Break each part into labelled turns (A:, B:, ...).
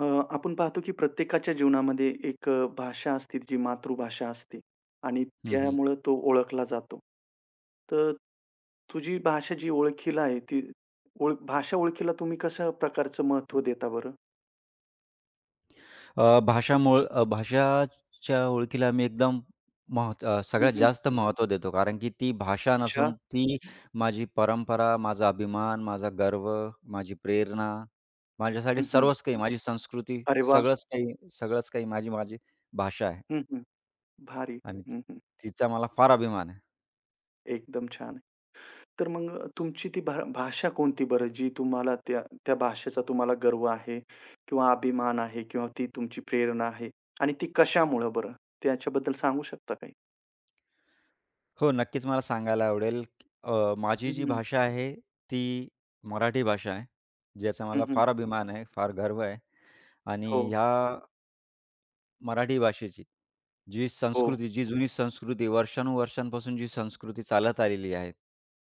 A: अ, आपण पाहतो की प्रत्येकाच्या जीवनामध्ये एक भाषा असते जी मातृभाषा असते आणि
B: हं, हं.
A: त्यामुळं तो ओळखला जातो. तर तुझी भाषा जी ओळखीला आहे ती ओळख भाषा ओळखीला तुम्ही कशा प्रकारचं महत्व देता बरं?
B: भाषामुळं भाषाच्या ओळखीला आम्ही एकदम महत्त्व
A: हं,
B: सगळ्यात
A: हं.
B: जास्त महत्त्व देतो. कारण की ती भाषा
A: अच्छा.
B: नसून ती माझी परंपरा, माझा अभिमान, माझा गर्व, माझी प्रेरणा, माझ्यासाठी
A: हं, हं.
B: सर्वच काही, माझी संस्कृती,
A: अरे वाह!
B: सगळंच काही माझी माझी भाषा आहे
A: हं, हं. भारी.
B: आणि
A: हं, हं.
B: तिचा मला फार अभिमान आहे.
A: एकदम छान. तर मग तुमची ती भाषा कोणती बरं, जी तुम्हाला त्या त्या भाषेचा तुम्हाला गर्व आहे किंवा अभिमान आहे किंवा ती तुमची प्रेरणा आहे आणि ती कशामुळं बरं? त्याच्याबद्दल सांगू शकता काही?
B: हो, नक्कीच मला सांगायला आवडेल. माझी
A: हं,
B: जी
A: हं.
B: भाषा आहे ती मराठी भाषा आहे. ज्याचा मला फार अभिमान आहे, फार गर्व आहे आणि
A: हो,
B: ह्या मराठी भाषेची. जी
A: हो.
B: संस्कृती, जी जुनी संस्कृती वर्षानुवर्षांपासून जी संस्कृती चालत आलेली आहे.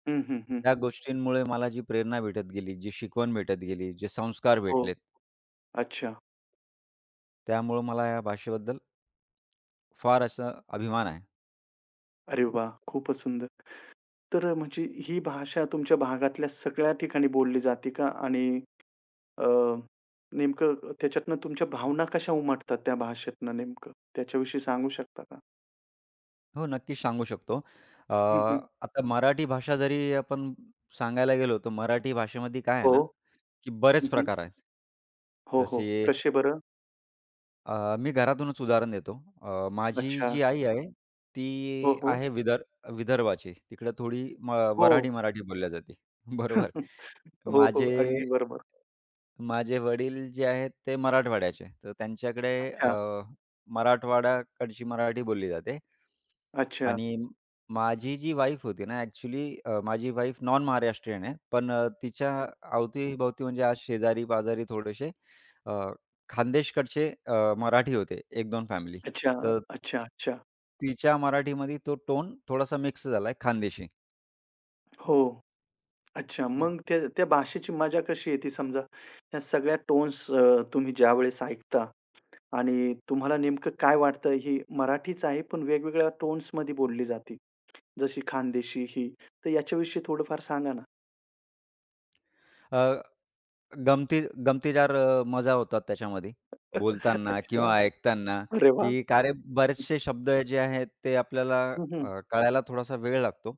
A: हं, हं, हं.
B: त्या गोष्टींमुळे मला जी प्रेरणा भेटत गेली, जी शिकवण भेटत गेली, जे संस्कार
A: हो.
B: भेटलेत,
A: अच्छा.
B: त्यामुळं मला या भाषेबद्दल फार असा अभिमान आहे.
A: अरे वाह! खूपच सुंदर. तर म्हणजे ही भाषा तुमच्या भागातल्या सगळ्या ठिकाणी बोलली जाते का? आणि अ, नेमकं त्याच्यातनं तुमच्या भावना कशा उमटतात त्या भाषेतनं नेमकं? त्याच्याविषयी सांगू शकता का?
B: हो, नक्कीच सांगू शकतो.
A: हं, हं.
B: आता मराठी भाषा जरी आपण सांगायला गेलो, तर मराठी भाषेमध्ये काय आहे
A: हो.
B: ना, की बरेच प्रकार आहेत.
A: हो, हो.
B: जसे
A: कसे बरं?
B: मी घरातूनच उदाहरण देतो. माझी
A: अच्छा.
B: जी आई आहे, ती
A: हो, हो.
B: आहे विदर्भाची. तिकडे थोडी
A: हो.
B: वऱ्हाडी मराठी बोलली जाते. बरोबर.
A: हो, हो.
B: माझे
A: अगदी बरोबर.
B: माझे वडील जे आहेत, ते मराठवाड्याचे. तर त्यांच्याकडे
A: अच्छा,
B: मराठवाड्याकडची मराठी बोलली जाते.
A: अच्छा,
B: आणि माझी जी वाईफ होती ना, ॲक्चुअली माझी वाईफ नॉन महाराष्ट्रीयन आहे. पण तिच्या अवती म्हणजे आज शेजारी-पाजारी थोडेसे अ खान्देशकडचे मराठी होते 1-2 फॅमिली.
A: अच्छा,
B: तर
A: अच्छा, अच्छा.
B: तिच्या मराठीमध्ये तो टोन थोडासा मिक्स झालाय खानदेशी.
A: हो. अच्छा.
B: हं.
A: मग त्या त्या भाषेची मजा कशी येते समजा, या सगळ्या टोन्स तुम्ही ज्यावेळेस ऐकता आणि तुम्हाला नेमकं काय वाटतं, ही मराठीच आहे, पण वेगवेगळ्या टोन्समध्ये बोलली जाते. जशी खानदेशी ही, तर याच्याविषयी थोडंफार सांगा ना?
B: अ, गमती गमतीदार मजा होतात त्याच्यामध्ये बोलताना
A: अच्छा.
B: किंवा ऐकताना,
A: अरे वाह!
B: की का रे बरेचसे शब्द जे आहेत ते आपल्याला
A: हं, हं.
B: कळायला थोडासा वेळ लागतो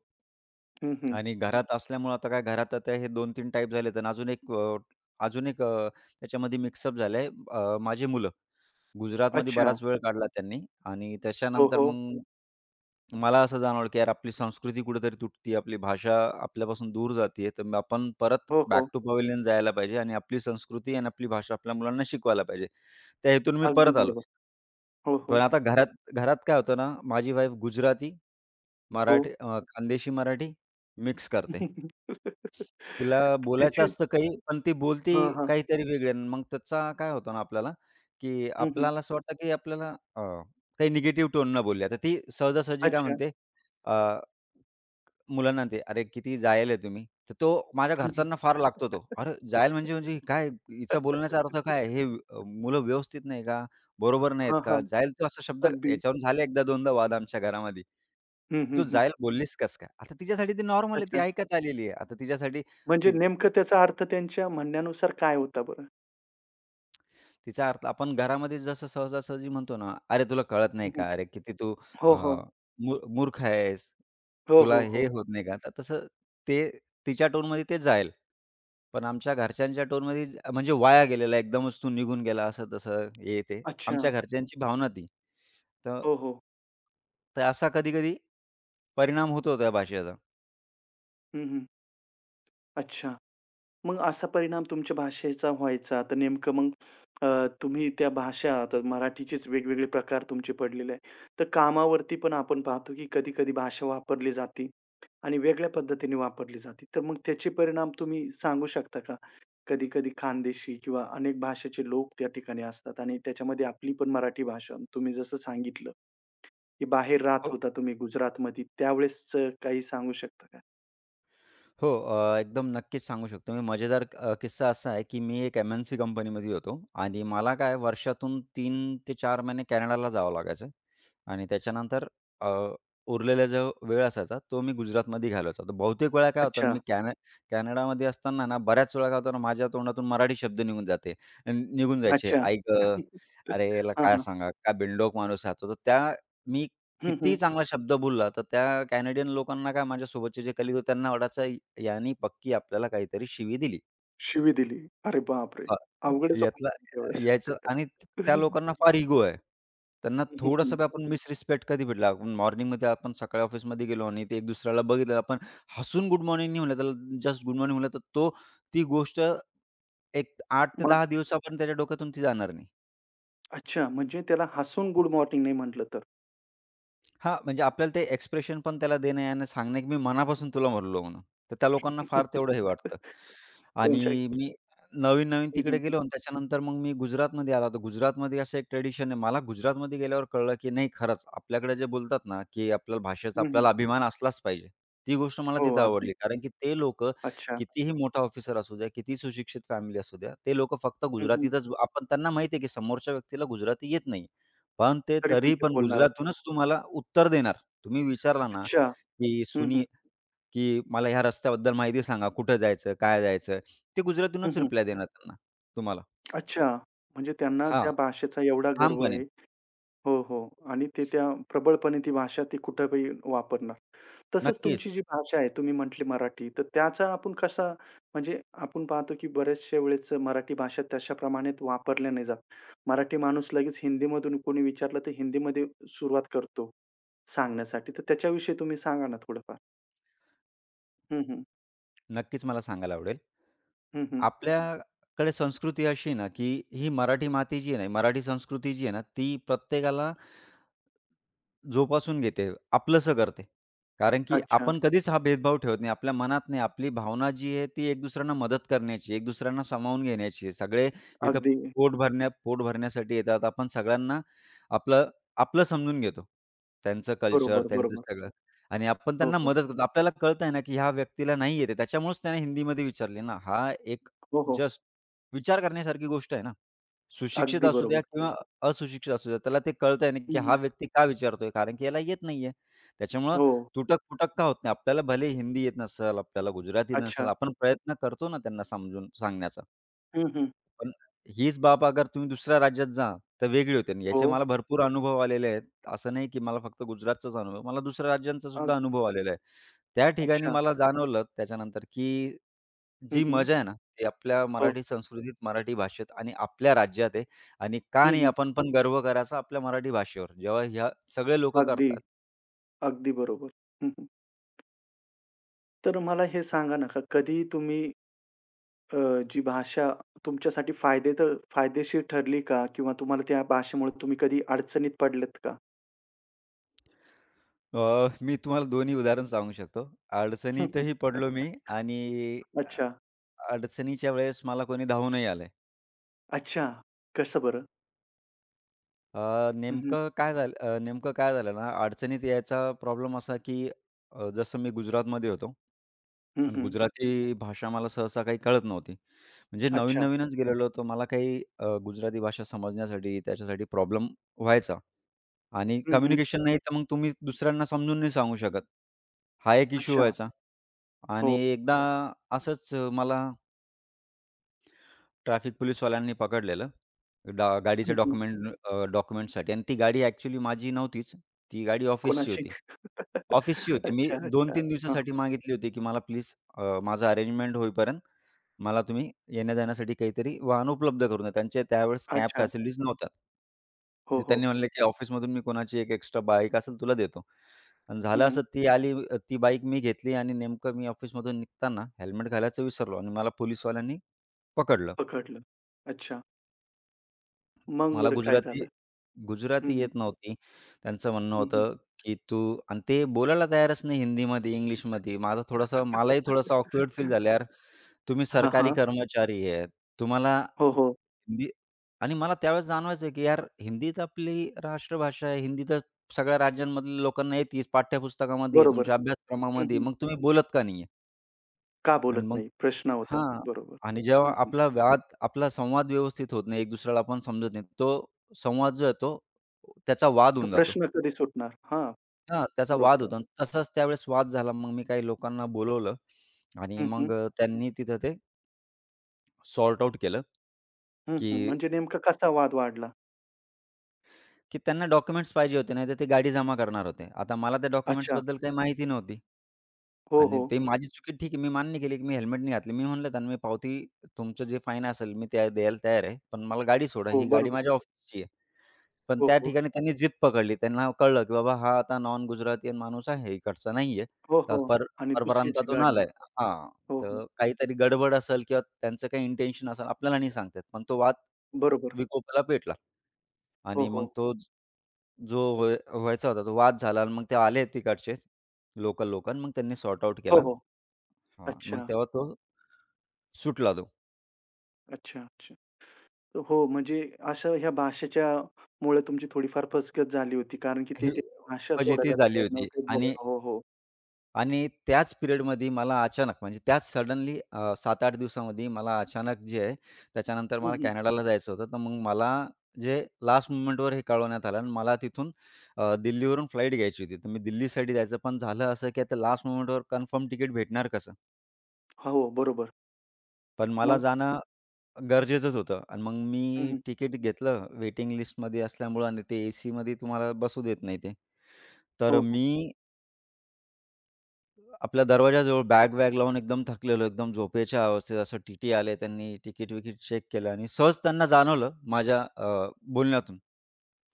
A: हं, हं.
B: आणि घरात असल्यामुळं आता काय घरात आता हे 2-3 टाइप झालेत आणि अजून एक त्याच्यामध्ये मिक्सअप झालंय माझी मुलं. गुजरातमध्ये
A: अच्छा.
B: बराच वेळ काढला त्यांनी आणि
A: हो,
B: त्याच्यानंतर
A: हो.
B: मग मला असं जाणवलं, की यार आपली संस्कृती कुठेतरी तुटते, आपली भाषा आपल्यापासून दूर जाते आहे, तर मग आपण परत
A: हो, हो.
B: बॅक टू पवेलियन जायला पाहिजे आणि आपली संस्कृती आणि आपली भाषा आपल्या मुलांना शिकवायला पाहिजे. त्या हेतून मी
A: अगदी
B: परत आलो.
A: बरोबर. हो, हो.
B: पण आता घरात घरात काय होतं ना, माझी वाईफ गुजराती,
A: हो.
B: मराठी खानदेशी मराठी मिक्स करते. तिला
A: त्याची
B: बोलायचं असतं काही, पण ती बोलती
A: हां, हां.
B: काहीतरी वेगळी आणि मग त्याचा काय होतो ना आपल्याला, की
A: हं, हं.
B: आपल्याला असं वाटतं, की आपल्याला अ, काही निगेटिव्ह टोननं बोलली. आता ती सहजासहजी काय
A: अच्छा.
B: म्हणते अ, मुलांना म्हणते, "अरे किती जायल आहे तुम्ही?" तर तो माझ्या घरच्यांना फार लागतो तो. "अरे जायल म्हणजे म्हणजे काय? हिचा बोलण्याचा अर्थ काय? हे मुलं व्यवस्थित नाही का? बरोबर नाहीत
A: हां, हां.
B: का? जायल तू असा शब्द"
A: अगदी.
B: याच्यावरून झाले एकदा दोनदा वाद आमच्या घरामध्ये.
A: हं, हं,
B: "तू
A: हं.
B: जायल बोललीस कसं काय?" आता तिच्यासाठी ते नॉर्मल आहे. ती
A: अच्छा.
B: ऐकत आलेली आहे. आता तिच्यासाठी
A: म्हणजे
B: ती
A: नेमकं त्याचा अर्थ त्यांच्या म्हणण्यानुसार काय होता बरं?
B: तिचा अर्थ आपण घरामध्ये जसं सहजासहजी म्हणतो ना, "अरे तुला कळत
A: हं,
B: नाही
A: हं.
B: का? अरे किती तू
A: हो,
B: अ,
A: हो.
B: मूर्ख आहेस.
A: हो,
B: तुला
A: हो,
B: हे
A: हो.
B: होत नाही का?" तर तसं ते तिच्या टोनमध्ये ते जाईल. पण आमच्या घरच्यांच्या टोनमध्ये म्हणजे वाया गेलेला एकदमच तू निघून गेला असं-तसं, हे ते.
A: अच्छा.
B: आमच्या घरच्यांची भावना ती. तर
A: हो, हो.
B: तर असा कधी-कधी परिणाम होतो त्या भाषेचा.
A: हं, हं. अच्छा. मग असा परिणाम तुमच्या भाषेचा व्हायचा, तर नेमकं मग अ, तुम्ही त्या भाषा आता मराठीचेच वेगवेगळे प्रकार तुमचे पडलेले आहे. तर कामावरती पण आपण पाहतो, की कधी-कधी भाषा वापरली जाते आणि वेगळ्या पद्धतीने वापरली जाते. तर मग त्याचे परिणाम तुम्ही सांगू शकता का? कधी-कधी खानदेशी किंवा अनेक भाषेचे लोक त्या ठिकाणी असतात आणि त्याच्यामध्ये आपली पण मराठी भाषा तुम्ही जसं सांगितलं, की बाहेर राहत होता तुम्ही गुजरातमध्ये त्यावेळेसचं काही सांगू शकता का?
B: हो, एकदम नक्कीच सांगू शकतो मी. मजेदार किस्सा असा आहे, की मी एक एम-एन-सी कंपनीमध्ये होतो आणि मला काय वर्षातून 3 ते 4 महिने कॅनडाला जावं लागायचं आणि त्याच्यानंतर अ, उरलेला जो वेळ असायचा, तो मी गुजरातमध्ये घालवायचा. तर बहुतेक वेळा काय होतं ना,
A: अच्छा,
B: मी कॅन कॅनडामध्ये असताना ना, बऱ्याच वेळा काय होतं ना, माझ्या तोंडातून मराठी शब्द निघून जायचे.
A: अच्छा.
B: "आई अरे याला
A: हां,
B: काय
A: हां.
B: सांगा, काय बिनडोक माणूस आहे तर त्या मी
A: हं,
B: कितीही
A: हं.
B: चांगला शब्द बोलला, तर त्या कॅनेडियन लोकांना काय माझ्यासोबतचे जे कलीग होते त्यांना वाटायचं यानी पक्की आपल्याला काहीतरी शिवी दिली.
A: शिवी दिली. अरे बापरे!
B: हां,
A: अवघडच
B: यातला
A: होतं त्यावेळेस.
B: यायचं आणि त्या लोकांना फार इगो आहे. त्यांना
A: हं, हं,
B: थोडंसं बी आपण मिसरिस्पेक्ट कधी भेटला, आपण सकाळी ऑफिसमध्ये गेलो आणि ते एक दुसऱ्याला बघितलं, आपण हसून गुड मॉर्निंग नाही म्हणलं, त्याला जस्ट गुड मॉर्निंग म्हणलं, तर ती गोष्ट एक 8 ते
A: मग
B: 10 दिवस आपण त्याच्या डोक्यातून ती जाणार नाही.
A: अच्छा, म्हणजे त्याला हसून गुड मॉर्निंग नाही म्हटलं तर.
B: हां, म्हणजे आपल्याला ते एक्सप्रेशन पण त्याला देणं आहे आणि सांगणं आहे, की मी मनापासून तुला म्हणलो म्हणून. तर त्या लोकांना फार तेवढं हे वाटतं.
A: कोणच्या
B: आणि मी नवीन-नवीन
A: हं,
B: तिकडे
A: हं, हं.
B: गेलो आणि त्याच्यानंतर मग मी गुजरातमध्ये आला. तर गुजरातमध्ये असं एक ट्रेडिशन आहे. मला गुजरातमध्ये गेल्यावर कळलं, की नाही खरंच आपल्याकडे जे बोलतात ना, की आपल्या भाषेचा
A: हं,
B: आपल्याला अभिमान असलाच पाहिजे. ती गोष्ट मला
A: हो,
B: तिथं आवडली.
A: अगदी.
B: कारण की ते लोकं
A: अच्छा.
B: कितीही मोठा ऑफिसर असू द्या, कितीही सुशिक्षित फॅमिली असू द्या, ते लोकं फक्त
A: हं, हं.
B: गुजरातीतच आपण त्यांना माहिती आहे, की समोरच्या व्यक्तीला गुजराती येत नाही. पण ते
A: तरी पण
B: तरी
A: ते
B: पण
A: बोलणारच.
B: गुजरातूनच तुम्हाला उत्तर देणार. तुम्ही विचारला ना,
A: अच्छा.
B: की
A: हं, हं.
B: की मला ह्या रस्त्याबद्दल माहिती सांगा, कुठं जायचं, काय जायचं? ते
A: हं,
B: गुजरातूनच
A: हं.
B: रिप्लाय देणार त्यांना तुम्हाला.
A: अच्छा. म्हणजे त्यांना
B: हां,
A: त्या भाषेचा एवढा गर्व
B: ठामपणे.
A: आहे. हो, हो. आणि ते त्या प्रबळपणे ती भाषा ती कुठेही वापरणार. तसंच
B: नक्कीच,
A: तुमची जी भाषा आहे, तुम्ही म्हटली मराठी, तर त्याचा आपण कसा म्हणजे आपण पाहतो, की बऱ्याचशा वेळेस मराठी भाषा तशा प्रमाणात वापरल्या नाही जात. मराठी माणूस लगेच हिंदीमधून कोणी विचारलं, तर हिंदीमध्ये सुरुवात करतो सांगण्यासाठी. तर त्याच्याविषयी तुम्ही सांगा ना थोडंफार? हं, हं.
B: नक्कीच मला सांगायला आवडेल.
A: हं, हं.
B: आपल्याकडे संस्कृती अशी आहे ना, की ही मराठी माती जी आहे ना, मराठी संस्कृती जी आहे ना, ती प्रत्येकाला जोपासून घेते, आपलंसं करते. कारण की
A: अच्छा.
B: आपण कधीच हा भेदभाव ठेवत नाही. आपल्या मनात नाही. आपली भावना जी आहे ती एक दुसऱ्यांना मदत करण्याची, एक दुसऱ्यांना सामावून घेण्याची आहे. सगळे इथं
A: अगदी
B: पोट भरण्यासाठी येतात. आपण सगळ्यांना आपलं आपलं समजून घेतो. त्यांचं कल्चर,
A: बरोबर,
B: त्यांचं
A: बरोबर.
B: सगळं आणि आपण
A: हो,
B: त्यांना
A: हो.
B: मदत करतो. आपल्याला कळतंय ना, की ह्या व्यक्तीला नाही येते. त्याच्यामुळेच त्याने हिंदीमध्ये विचारली ना. हा एक
A: हो, हो.
B: जस्ट विचार करण्यासारखी गोष्ट आहे ना. सुशिक्षित
A: अगदी
B: असू द्या
A: बरोबर.
B: किंवा असुशिक्षित असू द्या, त्याला ते कळतंय ना, की
A: हं,
B: हा
A: हं.
B: व्यक्ती का विचारतोय? कारण की याला येत नाहीये. त्याच्यामुळं
A: हो.
B: तुटक-फुटक का होत नाही? आपल्याला भले हिंदी येत नसेल, आपल्याला गुजराती नसेल,
A: अच्छा.
B: आपण प्रयत्न करतो ना त्यांना समजून सांगण्याचा.
A: हं, हं.
B: पण हीच बाब अगर तुम्ही दुसऱ्या राज्यात जा, तर वेगळी होते आणि
A: हो.
B: याचे मला भरपूर अनुभव आलेले आहेत. असं नाही की मला फक्त गुजरातचाच अनुभव, मला दुसऱ्या राज्यांचा
A: अग
B: सुद्धा अनुभव आलेला आहे. त्या ठिकाणी
A: अच्छा.
B: मला जाणवलं त्याच्यानंतर, की
A: हं,
B: जी
A: हं.
B: मजा आहे ना, ती आपल्या
A: हो.
B: मराठी संस्कृतीत, मराठी भाषेत आणि आपल्या राज्यात आहे आणि का
A: हं,
B: नाही
A: हं.
B: आपण पण गर्व करायचा आपल्या मराठी भाषेवर, जेव्हा ह्या सगळे लोकं
A: अगदी,
B: करतात.
A: अगदी बरोबर. हं, हं. तर मला हे सांगा ना, का कधी तुम्ही अ, जी भाषा तुमच्यासाठी फायदे तर फायदेशीर ठरली का? किंवा तुम्हाला त्या भाषेमुळे तुम्ही कधी अडचणीत पडलेत का?
B: मी तुम्हाला दोन्ही उदाहरण सांगू शकतो.
A: हं, हं.
B: अडचणीतही पडलो मी आणि
A: अच्छा.
B: अडचणीच्या वेळेस मला कोणी धावूनही आलंय.
A: अच्छा. कसं बरं? हं, हं.
B: नेमकं काय झालं ना, अडचणीत यायचा प्रॉब्लेम असा, की जसं मी गुजरातमध्ये होतो आणि
A: हं, हं.
B: गुजराती भाषा मला सहसा काही कळत नव्हती. म्हणजे
A: अच्छा.
B: नवीन-नवीनच गेलेलो होतो. मला काही गुजराती भाषा समजण्यासाठी त्याच्यासाठी प्रॉब्लेम व्हायचा आणि
A: हं, हं.
B: कम्युनिकेशन नाही तर मग तुम्ही दुसऱ्यांना समजून नाही सांगू शकत. हा एक इश्यू
A: अच्छा.
B: व्हायचा आणि
A: हो.
B: एकदा असंच मला ट्रॅफिक पोलिसवाल्यांनी पकडलेलं.
A: हं,
B: गाडीचे
A: हं.
B: डॉक्युमेंटसाठी आणि ती गाडी ॲक्चुअली माझी नव्हतीच. ती गाडी ऑफिसची
A: कोणाशी?
B: होती. मी
A: अच्छा, अच्छा.
B: 2-3
A: हां.
B: दिवसासाठी मागितली होती, की मला प्लीज माझं अरेंजमेंट होईपर्यंत मला तुम्ही येण्या-जाण्यासाठी काहीतरी वाहन उपलब्ध करून द्या. त्यांच्या त्यावेळेस कॅब
A: अच्छा.
B: फॅसिलिटीज नव्हत्या.
A: हो,
B: तर
A: हो.
B: त्यांनी म्हणले, की ऑफिसमधून मी कोणाची एक एक्स्ट्रा बाईक असेल तुला देतो. आणि
A: हं,
B: झालं
A: हं.
B: असं ती ती बाईक मी घेतली आणि नेमकं मी ऑफिसमधून निघताना हेल्मेट घालायचं विसरलो आणि मला पोलिसवाल्यांनी पकडलं.
A: पकडलं. अच्छा. मग
B: मला
A: बरं काय
B: गुजराती
A: झालं? हं,
B: गुजराती
A: हं.
B: येत नव्हती. त्यांचं म्हणणं
A: हं, हं.
B: होतं, की "तू" आणि ते बोलायला तयारच नाही हिंदीमध्ये, इंग्लिशमध्ये. माझा थोडासा मलाही थोडासा ऑकवर्ड फील झालं, "यार, तुम्ही
A: हां,
B: सरकारी
A: हां.
B: कर्मचारी आहेत. तुम्हाला
A: हो, हो.
B: हिंदी" आणि मला त्यावेळेस जाणवायचं, की यार हिंदी तर आपली राष्ट्रभाषा आहे. हिंदी तर सगळ्या राज्यांमधल्या लोकांना येतीच, पाठ्यपुस्तकामध्ये आहे,
A: बरोबर.
B: तुमच्या
A: हं,
B: अभ्यासक्रमामध्ये आहे.
A: हं.
B: मग तुम्ही बोलत का नाही
A: का बोलत नाही? प्रश्न होता.
B: हां.
A: बरोबर.
B: आणि जेव्हा
A: हं, हं.
B: आपला संवाद व्यवस्थित होत नाही, एक दुसऱ्याला आपण समजत नाही. तो संवाद जो आहे तो त्याचा वाद
A: तर
B: होऊन जातो.
A: प्रश्न कधी सुटणार? हां,
B: हां, त्याचा वाद
A: बरोबर आहे.
B: होतो आणि तसाच त्यावेळेस वाद झाला. मग मी काही लोकांना बोलवलं आणि
A: हं, हं.
B: मग त्यांनी तिथं ते सॉर्ट आउट केलं,
A: हं,
B: की
A: हं. म्हणजे नेमका कसा वाद वाढला?
B: की त्यांना डॉक्युमेंट्स पाहिजे होते, नाहीतर ते गाडी जमा करणार होते. आता मला त्या
A: अच्छा.
B: डॉक्युमेंट्सबद्दल काही माहिती नव्हती
A: हो,
B: आणि
A: हो.
B: ते माझी चुकी ठीक आहे. मी मान्य केली, की मी हेल्मेट नाही घातली. मी म्हणलं त्यांना, "मी पावती तुमचं जे फाईन असेल मी त्या द्यायला तयार आहे, पण मला गाडी सोडा.
A: हो,
B: ही गाडी
A: बरोबर.
B: माझ्या ऑफिसची आहे." पण
A: हो,
B: त्या
A: हो.
B: ठिकाणी त्यांनी जिद पकडली. त्यांना कळलं, की बाबा हा आता नॉन गुजरातीयन माणूस आहे, इकडचा नाहीये.
A: हो, हो.
B: तर पर
A: आणि दुसरीची
B: परप्रांतातून
A: गाडी.
B: आलाय. हां,
A: हो, हो.
B: तर काहीतरी गडबड असेल किंवा त्यांचं काही इंटेन्शन असेल, आपल्याला नाही सांगता येत. पण तो वाद
A: बरोबर.
B: विकोपाला पेटला
A: हो,
B: आणि मग
A: हो.
B: जो व्हायचा होता तो वाद झाला आणि मग ते आले तिकडचेच लोकल लोक मग त्यांनी सॉर्ट आउट
A: हो,
B: केला.
A: हो.
B: हां, मग
A: अच्छा,
B: तेव्हा तो सुटला तो.
A: अच्छा, अच्छा. हो, म्हणजे अशा ह्या भाषेच्या मुळे तुमची थोडीफार फसगत झाली होती. कारण की ते
B: ही
A: ते भाषा
B: फजिती
A: सोडायला
B: झाली
A: तयार
B: होती
A: नव्हते
B: आणि
A: बोलायला. हो, हो.
B: आणि त्याच पिरियडमध्ये मला अचानक म्हणजे त्याच सडनली 7-8 दिवसामध्ये मला अचानक जे आहे, त्याच्यानंतर
A: हं,
B: मला
A: हं.
B: कॅनडाला जायचं होतं. तर मग मला जे लास्ट मोमेंटवर हे कळवण्यात आलं आणि मला तिथून दिल्लीवरून फ्लाइट घ्यायची होती. तर मी दिल्लीसाठी जायचं. पण झालं असं की आता लास्ट मोमेंटवर कन्फर्म तिकीट भेटणार कसं?
A: हो, हो. बरोबर.
B: पण मला
A: मग?
B: जाणं गरजेचंच होतं आणि मग
A: हं,
B: मी
A: हं.
B: तिकीट घेतलं वेटिंग लिस्टमध्ये असल्यामुळं आणि ते एसीमध्ये तुम्हाला बसू देत नाही ते.
A: हो,
B: तर
A: हो.
B: मी आपल्या दरवाजाजवळ बॅग वॅग लावून एकदम थकलेलो, एकदम झोपेच्या अवस्थेत असं टी आले. त्यांनी तिकीट-विकीट चेक केलं आणि सहज त्यांना जाणवलं माझ्या बोलण्यातून,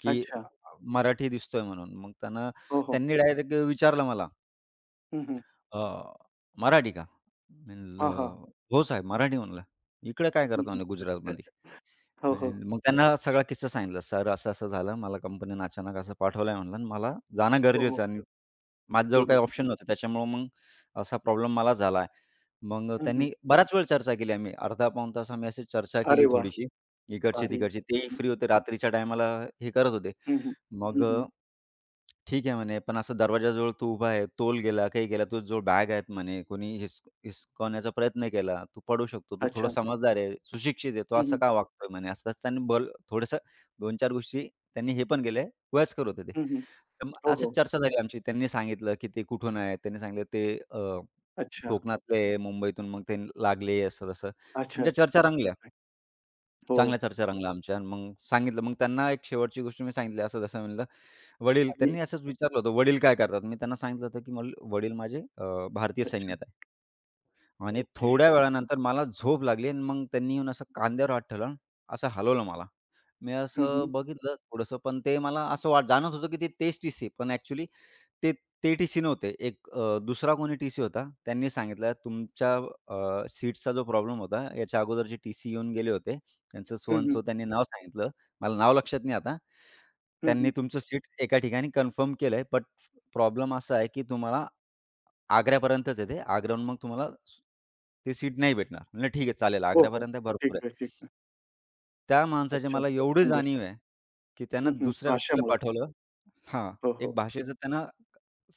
B: की
A: अच्छा.
B: मराठी दिसतोय म्हणून. मग त्यांना
A: हो, हो.
B: त्यांनी डायरेक्ट विचारलं मला,
A: हं, हं.
B: "अ, मराठी का?" मी
A: हां, हां.
B: म्हणलं, "हो साहेब, मराठी." म्हणलं. "इकडे काय
A: हं,
B: करता?"
A: हं.
B: म्हणे, "गुजरातमध्ये."
A: हो,
B: मी
A: हो.
B: मग त्यांना सगळा किस्सा सांगितला. "सर, असं-असं झालं. मला कंपनीने अचानक असं पाठवलंय" म्हणलं "आणि मला जाणं
A: हो, हो.
B: गरजेचं आहे माझ्याजवळ काही
A: बरोबर.
B: ऑप्शन नव्हते. त्याच्यामुळं मग असा प्रॉब्लेम मला झाला आहे. मग
A: हं, हं.
B: त्यांनी बराच वेळ चर्चा केली आम्ही. अर्धा पाऊण तास आम्ही अशी चर्चा
A: अरे
B: केली
A: वाह!
B: थोडीशी,
A: भारी.
B: इकडची-तिकडची. तेही
A: हं,
B: फ्री होते, रात्रीच्या टायमाला हे करत होते.
A: हं, हं. हं,
B: मग
A: हं.
B: "ठीक आहे," म्हणे, "पण असं दरवाजाजवळ तू उभा आहे, तोल गेला, काही गेला, तुझ्याजवळ बॅग आहेत," म्हणे, "कोणी हिसकावण्याचा प्रयत्न केला, तू पडू शकतो. तू
A: अच्छा,
B: थोडा
A: अच्छा.
B: समजदार आहे, सुशिक्षित आहे, तू
A: हं,
B: असं
A: हं.
B: का वागतोय?" म्हणे. असं-असं त्यांनी बोल थोडंसं 2-4 गोष्टी त्यांनी हे पण केल्या. वयस्कर होते ते.
A: हं, हं.
B: तर मग
A: हो,
B: अशीच
A: हो.
B: चर्चा झाली आमची. त्यांनी सांगितलं, की ते कुठून आहेत. त्यांनी सांगितलं ते अ,
A: अच्छा.
B: कोकणातले आहे, मुंबईतून मग ते लागले असं-तसं.
A: अच्छा,
B: आमच्या
A: अच्छा.
B: चर्चा
A: ठीक
B: रंगल्या.
A: आहे. हो
B: चांगल्या चर्चा रंगल्या आमच्या आणि मग सांगितलं. मग त्यांना एक शेवटची गोष्ट मी सांगितली असं-तसं म्हणलं. वडील
A: आणि
B: त्यांनी असंच विचारलं होतं, "वडील काय करतात?" मी त्यांना सांगितलं होतं, की मला वडील माझे भारतीय
A: अच्छा.
B: सैन्यात आहे. आणि
A: ओके.
B: थोड्या वेळानंतर मला झोप लागली आणि मग त्यांनी येऊन असं कांद्यावर हात ठेवला आणि असं हलवलं मला. मी
A: हं,
B: असं
A: हं.
B: बघितलं थोडंसं, पण ते मला असं जाणवत होतं, की ते तेच टीसी आहे. पण ॲक्चुअली ते ते टीसी नव्हते. एक दुसरा कोणी टीसी होता. त्यांनी सांगितलं, "तुमच्या सीट्सचा जो प्रॉब्लेम होता, याच्या अगोदर जे टीसी येऊन गेले होते, त्यांचं सो
A: हं,
B: अँड
A: हं.
B: सो त्यांनी नाव सांगितलं. मला नाव लक्षात नाही आता.
A: हं,
B: त्यांनी
A: हं.
B: तुमचं सीट एका ठिकाणी कन्फर्म केलंय, बट प्रॉब्लेम असा आहे, की तुम्हाला आग्र्यापर्यंतच आहे ते. आग्र्याहून मग तुम्हाला ती सीट नाही भेटणार." म्हणलं, "ठीक आहे, चालेल.
A: हो, हो.
B: आग्र्यापर्यंत भरपूर
A: ठीक आहे,
B: आहे."
A: ठीक आहे.
B: त्या माणसाची
A: अच्छा.
B: मला
A: खूप
B: एवढी
A: सुंदर.
B: जाणीव आहे, की
A: हं,
B: त्यानं
A: हं.
B: दुसऱ्या व्यक्तीला
A: भाषेमुळे.
B: पाठवलं हां,
A: हो,
B: एक
A: हो.
B: भाषेचं त्यानं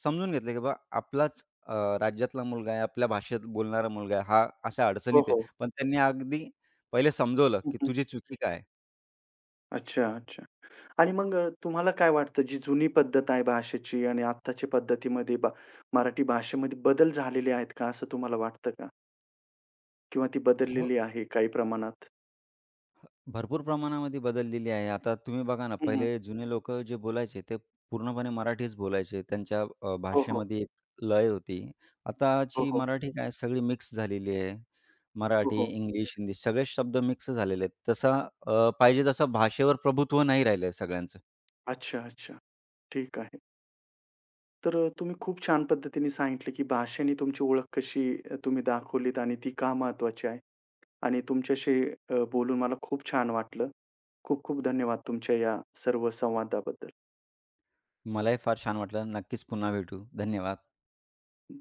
B: समजून घेतलं, की बाबा आपलाच अ, राज्यातला मुलगा आहे, आपल्या भाषेत बोलणारा मुलगा आहे, हा अशा
A: हो,
B: अडचणीत आहे.
A: हो.
B: पण त्यांनी अगदी पहिले समजवलं,
A: हं,
B: की
A: हं.
B: तुझी चुकी काय आहे?
A: अच्छा, अच्छा. आणि मग तुम्हाला काय वाटतं जी जुनी पद्धत आहे भाषेची आणि आत्ताच्या पद्धतीमध्ये बा मराठी भाषेमध्ये बदल झालेले आहेत का, असं तुम्हाला वाटतं का? किंवा ती
B: हो
A: बदललेली आहे काही प्रमाणात?
B: भरपूर प्रमाणामध्ये बदललेली आहे. आता तुम्ही बघा ना,
A: हं, हं.
B: पहिले जुने लोक जे बोलायचे ते पूर्णपणे मराठीच बोलायचे. त्यांच्या
A: हो, हो.
B: भाषेमध्ये एक लय होती.
A: हो,
B: आताची
A: हो.
B: मराठी काय सगळी मिक्स झालेली आहे.
A: हो,
B: मराठी,
A: हो.
B: इंग्लिश, हिंदी सगळेच शब्द मिक्स झालेले आहेत. तसा पाहिजे तसा भाषेवर प्रभुत्व नाही राहिलं सगळ्यांचं.
A: अच्छा, अच्छा. ठीक आहे. तर तुम्ही खूप छान पद्धतीने सांगितलं, की भाषेने तुमची ओळख कशी तुम्ही दाखवलीत आणि ती का महत्त्वाची आहे. आणि तुमच्याशी बोलून मला खूप छान वाटलं. खूप खूप धन्यवाद तुमच्या या सर्व संवादाबद्दल.
B: मलाही फार छान वाटलं. नक्कीच पुन्हा भेटू. धन्यवाद.